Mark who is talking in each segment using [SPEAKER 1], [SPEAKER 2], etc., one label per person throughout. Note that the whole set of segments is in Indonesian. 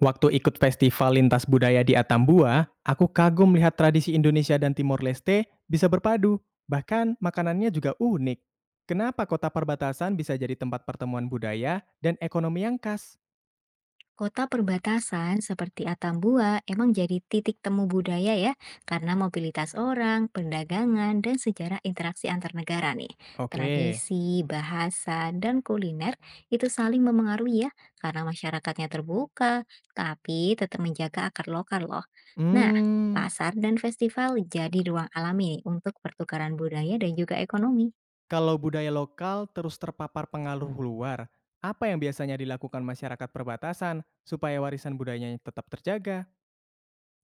[SPEAKER 1] Waktu ikut festival lintas budaya di Atambua, aku kagum lihat tradisi Indonesia dan Timor Leste bisa berpadu, bahkan makanannya juga unik. Kenapa kota perbatasan bisa jadi tempat pertemuan budaya dan ekonomi yang khas?
[SPEAKER 2] Kota perbatasan seperti Atambua emang jadi titik temu budaya ya, karena mobilitas orang, perdagangan, dan sejarah interaksi antar negara nih.
[SPEAKER 1] Oke.
[SPEAKER 2] Tradisi, bahasa, dan kuliner itu saling memengaruhi ya, karena masyarakatnya terbuka, tapi tetap menjaga akar lokal loh. Nah,
[SPEAKER 1] hmm,
[SPEAKER 2] pasar dan festival jadi ruang alami nih untuk pertukaran budaya dan juga ekonomi.
[SPEAKER 1] Kalau budaya lokal terus terpapar pengaruh luar, apa yang biasanya dilakukan masyarakat perbatasan supaya warisan budayanya tetap terjaga?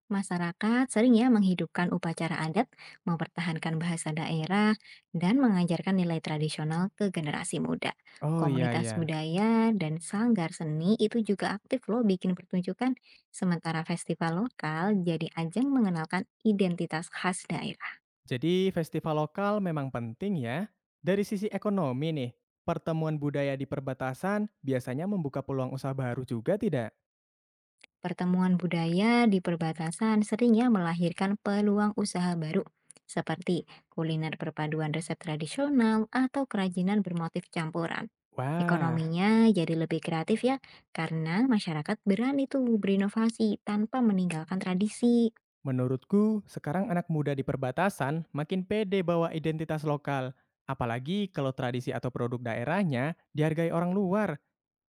[SPEAKER 2] Masyarakat sering ya menghidupkan upacara adat, mempertahankan bahasa daerah, dan mengajarkan nilai tradisional ke generasi muda.
[SPEAKER 1] Oh iya
[SPEAKER 2] Komunitas
[SPEAKER 1] ya.
[SPEAKER 2] budaya dan sanggar seni itu juga aktif loh bikin pertunjukan, sementara festival lokal jadi ajang mengenalkan identitas khas daerah.
[SPEAKER 1] Jadi festival lokal memang penting ya. Dari sisi ekonomi nih, pertemuan budaya di perbatasan biasanya membuka peluang usaha baru juga tidak?
[SPEAKER 2] Pertemuan budaya di perbatasan seringnya melahirkan peluang usaha baru, seperti kuliner perpaduan resep tradisional atau kerajinan bermotif campuran.
[SPEAKER 1] Wah,
[SPEAKER 2] Ekonominya jadi lebih kreatif ya, karena masyarakat berani tuh berinovasi tanpa meninggalkan tradisi.
[SPEAKER 1] menurutku sekarang anak muda di perbatasan makin pede bawa identitas lokal. Apalagi kalau tradisi atau produk daerahnya dihargai orang luar.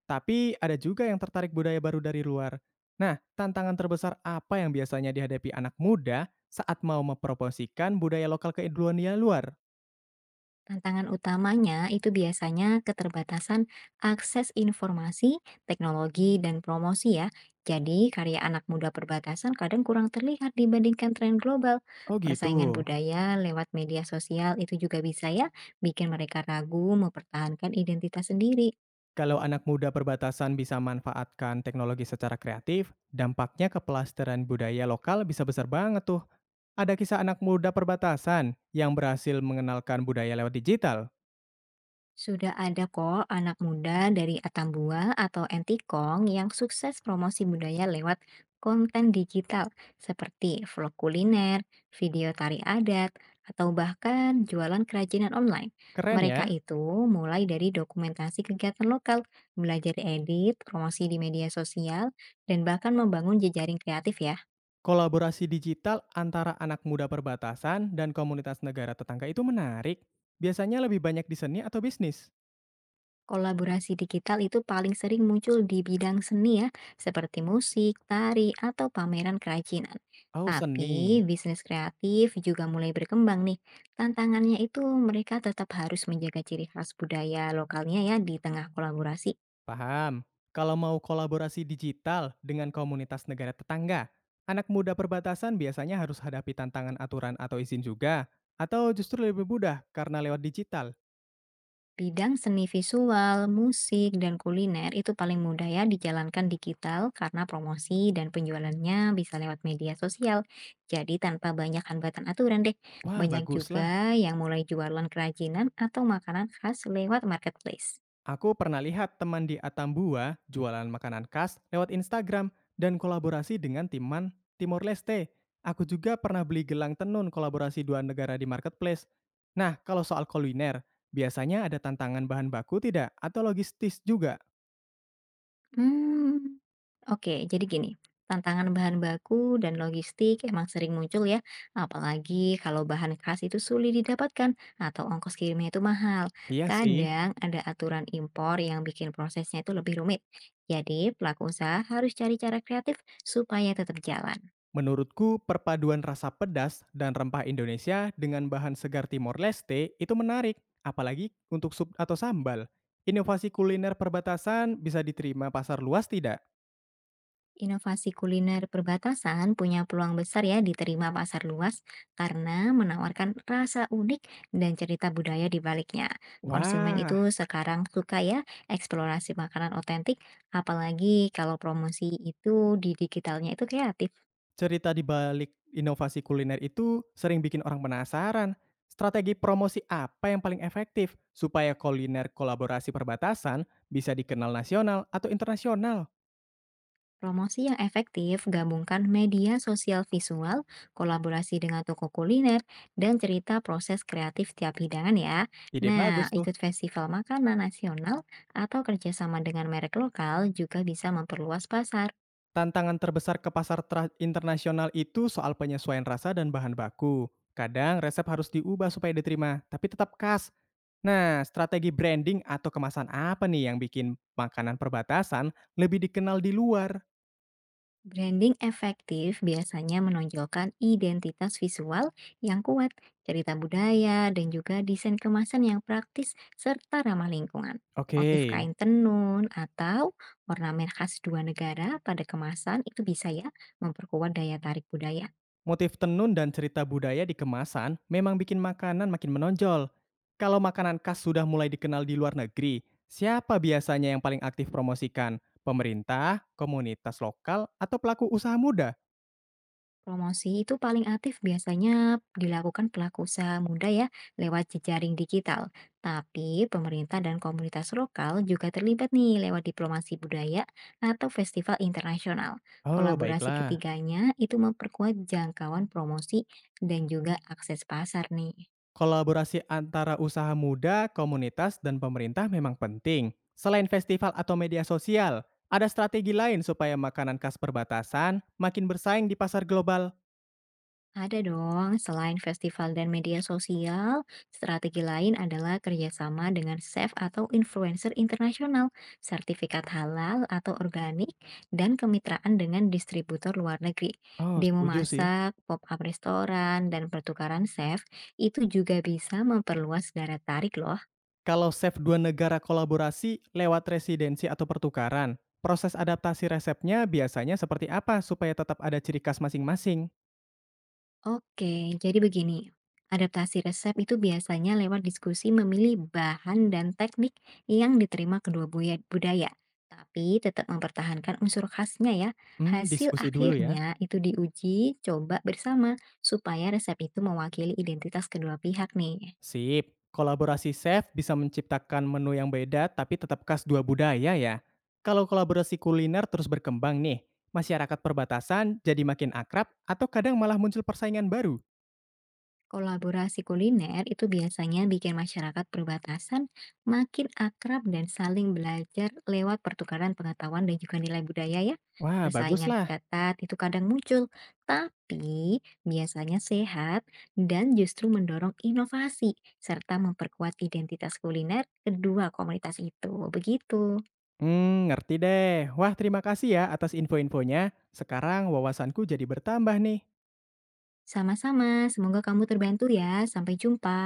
[SPEAKER 1] Tapi ada juga yang tertarik budaya baru dari luar. Nah, tantangan terbesar apa yang biasanya dihadapi anak muda saat mau mempromosikan budaya lokal ke dunia luar?
[SPEAKER 2] Tantangan utamanya itu biasanya keterbatasan akses informasi, teknologi, dan promosi ya. Jadi, karya anak muda perbatasan kadang kurang terlihat dibandingkan tren global.
[SPEAKER 1] Oh
[SPEAKER 2] Persaingan
[SPEAKER 1] gitu.
[SPEAKER 2] budaya lewat media sosial itu juga bisa ya bikin mereka ragu mempertahankan identitas sendiri.
[SPEAKER 1] Kalau anak muda perbatasan bisa manfaatkan teknologi secara kreatif, dampaknya ke pelestarian budaya lokal bisa besar banget tuh. Ada kisah anak muda perbatasan yang berhasil mengenalkan budaya lewat digital.
[SPEAKER 2] Sudah ada kok anak muda dari Atambua atau Entikong yang sukses promosi budaya lewat konten digital seperti vlog kuliner, video tari adat, atau bahkan jualan kerajinan online.
[SPEAKER 1] Keren
[SPEAKER 2] Mereka
[SPEAKER 1] ya.
[SPEAKER 2] itu mulai dari dokumentasi kegiatan lokal, belajar edit, promosi di media sosial, dan bahkan membangun jejaring kreatif ya.
[SPEAKER 1] Kolaborasi digital antara anak muda perbatasan dan komunitas negara tetangga itu menarik. Biasanya lebih banyak di seni atau bisnis?
[SPEAKER 2] Kolaborasi digital itu paling sering muncul di bidang seni ya, seperti musik, tari, atau pameran kerajinan.
[SPEAKER 1] Oh,
[SPEAKER 2] Tapi
[SPEAKER 1] seni.
[SPEAKER 2] bisnis kreatif juga mulai berkembang nih. Tantangannya itu mereka tetap harus menjaga ciri khas budaya lokalnya ya di tengah kolaborasi.
[SPEAKER 1] Paham. Kalau mau kolaborasi digital dengan komunitas negara tetangga, anak muda perbatasan biasanya harus hadapi tantangan aturan atau izin juga, atau justru lebih mudah karena lewat digital.
[SPEAKER 2] Bidang seni visual, musik, dan kuliner itu paling mudah ya dijalankan digital karena promosi dan penjualannya bisa lewat media sosial. Jadi tanpa banyak hambatan aturan deh.
[SPEAKER 1] Wah,
[SPEAKER 2] Banyak
[SPEAKER 1] baguslah.
[SPEAKER 2] juga yang mulai jualan kerajinan atau makanan khas lewat marketplace.
[SPEAKER 1] Aku pernah lihat teman di Atambua jualan makanan khas lewat Instagram dan kolaborasi dengan Timor Leste. Aku juga pernah beli gelang tenun kolaborasi dua negara di marketplace. Nah, kalau soal kuliner, biasanya ada tantangan bahan baku tidak atau logistis juga?
[SPEAKER 2] Hmm, oke, jadi gini, tantangan bahan baku dan logistik emang sering muncul ya, apalagi kalau bahan khas itu sulit didapatkan atau ongkos kirimnya itu mahal.
[SPEAKER 1] Iya sih.
[SPEAKER 2] Kadang ada aturan impor yang bikin prosesnya itu lebih rumit. Jadi, pelaku usaha harus cari cara kreatif supaya tetap jalan.
[SPEAKER 1] Menurutku, perpaduan rasa pedas dan rempah Indonesia dengan bahan segar Timor Leste itu menarik, apalagi untuk sup atau sambal. Inovasi kuliner perbatasan bisa diterima pasar luas tidak?
[SPEAKER 2] Inovasi kuliner perbatasan punya peluang besar ya diterima pasar luas karena menawarkan rasa unik dan cerita budaya di baliknya. Konsumen itu
[SPEAKER 1] Wah,
[SPEAKER 2] sekarang suka ya eksplorasi makanan otentik, apalagi kalau promosi itu di digitalnya itu kreatif.
[SPEAKER 1] cerita di balik inovasi kuliner itu sering bikin orang penasaran. Strategi promosi apa yang paling efektif supaya kuliner kolaborasi perbatasan bisa dikenal nasional atau internasional?
[SPEAKER 2] Promosi yang efektif gabungkan media sosial visual, kolaborasi dengan toko kuliner, dan cerita proses kreatif tiap hidangan ya.
[SPEAKER 1] Ide bagus
[SPEAKER 2] Nah,
[SPEAKER 1] tuh.
[SPEAKER 2] ikut festival makanan nasional atau kerjasama dengan merek lokal juga bisa memperluas pasar.
[SPEAKER 1] Tantangan terbesar ke pasar internasional itu soal penyesuaian rasa dan bahan baku. Kadang resep harus diubah supaya diterima, tapi tetap khas. Nah, strategi branding atau kemasan apa nih yang bikin makanan perbatasan lebih dikenal di luar?
[SPEAKER 2] Branding efektif biasanya menonjolkan identitas visual yang kuat, cerita budaya, dan juga desain kemasan yang praktis serta ramah lingkungan. Motif
[SPEAKER 1] Oke,
[SPEAKER 2] kain tenun atau ornamen khas dua negara pada kemasan itu bisa ya memperkuat daya tarik budaya.
[SPEAKER 1] motif tenun dan cerita budaya di kemasan memang bikin makanan makin menonjol. Kalau makanan khas sudah mulai dikenal di luar negeri, siapa biasanya yang paling aktif promosikan? Pemerintah, komunitas lokal, atau pelaku usaha muda?
[SPEAKER 2] Promosi itu paling aktif biasanya dilakukan pelaku usaha muda ya, lewat jejaring digital. Tapi pemerintah dan komunitas lokal juga terlibat nih lewat diplomasi budaya atau festival internasional.
[SPEAKER 1] Oh,
[SPEAKER 2] Kolaborasi
[SPEAKER 1] baiklah.
[SPEAKER 2] ketiganya itu memperkuat jangkauan promosi dan juga akses pasar nih.
[SPEAKER 1] Kolaborasi antara usaha muda, komunitas, dan pemerintah memang penting. Selain festival atau media sosial, ada strategi lain supaya makanan khas perbatasan makin bersaing di pasar global.
[SPEAKER 2] Ada dong, selain festival dan media sosial, strategi lain adalah kerjasama dengan chef atau influencer internasional, sertifikat halal atau organik, dan kemitraan dengan distributor luar negeri.
[SPEAKER 1] Oh,
[SPEAKER 2] Demo
[SPEAKER 1] setuju sih.
[SPEAKER 2] masak, pop-up restoran, dan pertukaran chef itu juga bisa memperluas daya tarik loh.
[SPEAKER 1] Kalau chef dua negara kolaborasi lewat residensi atau pertukaran, proses adaptasi resepnya biasanya seperti apa supaya tetap ada ciri khas masing-masing?
[SPEAKER 2] Oke, jadi begini. Adaptasi resep itu biasanya lewat diskusi memilih bahan dan teknik yang diterima kedua budaya, tapi tetap mempertahankan unsur khasnya ya.
[SPEAKER 1] Hmm,
[SPEAKER 2] Hasil
[SPEAKER 1] diskusi dulu ya.
[SPEAKER 2] akhirnya itu diuji coba bersama supaya resep itu mewakili identitas kedua pihak nih.
[SPEAKER 1] Sip. Kolaborasi chef bisa menciptakan menu yang beda tapi tetap khas dua budaya ya. Kalau kolaborasi kuliner terus berkembang nih, masyarakat perbatasan jadi makin akrab atau kadang malah muncul persaingan baru.
[SPEAKER 2] Kolaborasi kuliner itu biasanya bikin masyarakat perbatasan makin akrab dan saling belajar lewat pertukaran pengetahuan dan juga nilai budaya ya.
[SPEAKER 1] Wah,
[SPEAKER 2] Persaingan
[SPEAKER 1] baguslah.
[SPEAKER 2] ketat itu kadang muncul, tapi biasanya sehat dan justru mendorong inovasi serta memperkuat identitas kuliner kedua komunitas itu. Begitu.
[SPEAKER 1] Hmm, ngerti deh. Wah, terima kasih ya atas info-infonya. Sekarang wawasanku jadi bertambah nih.
[SPEAKER 2] Sama-sama, semoga kamu terbantu ya. Sampai jumpa.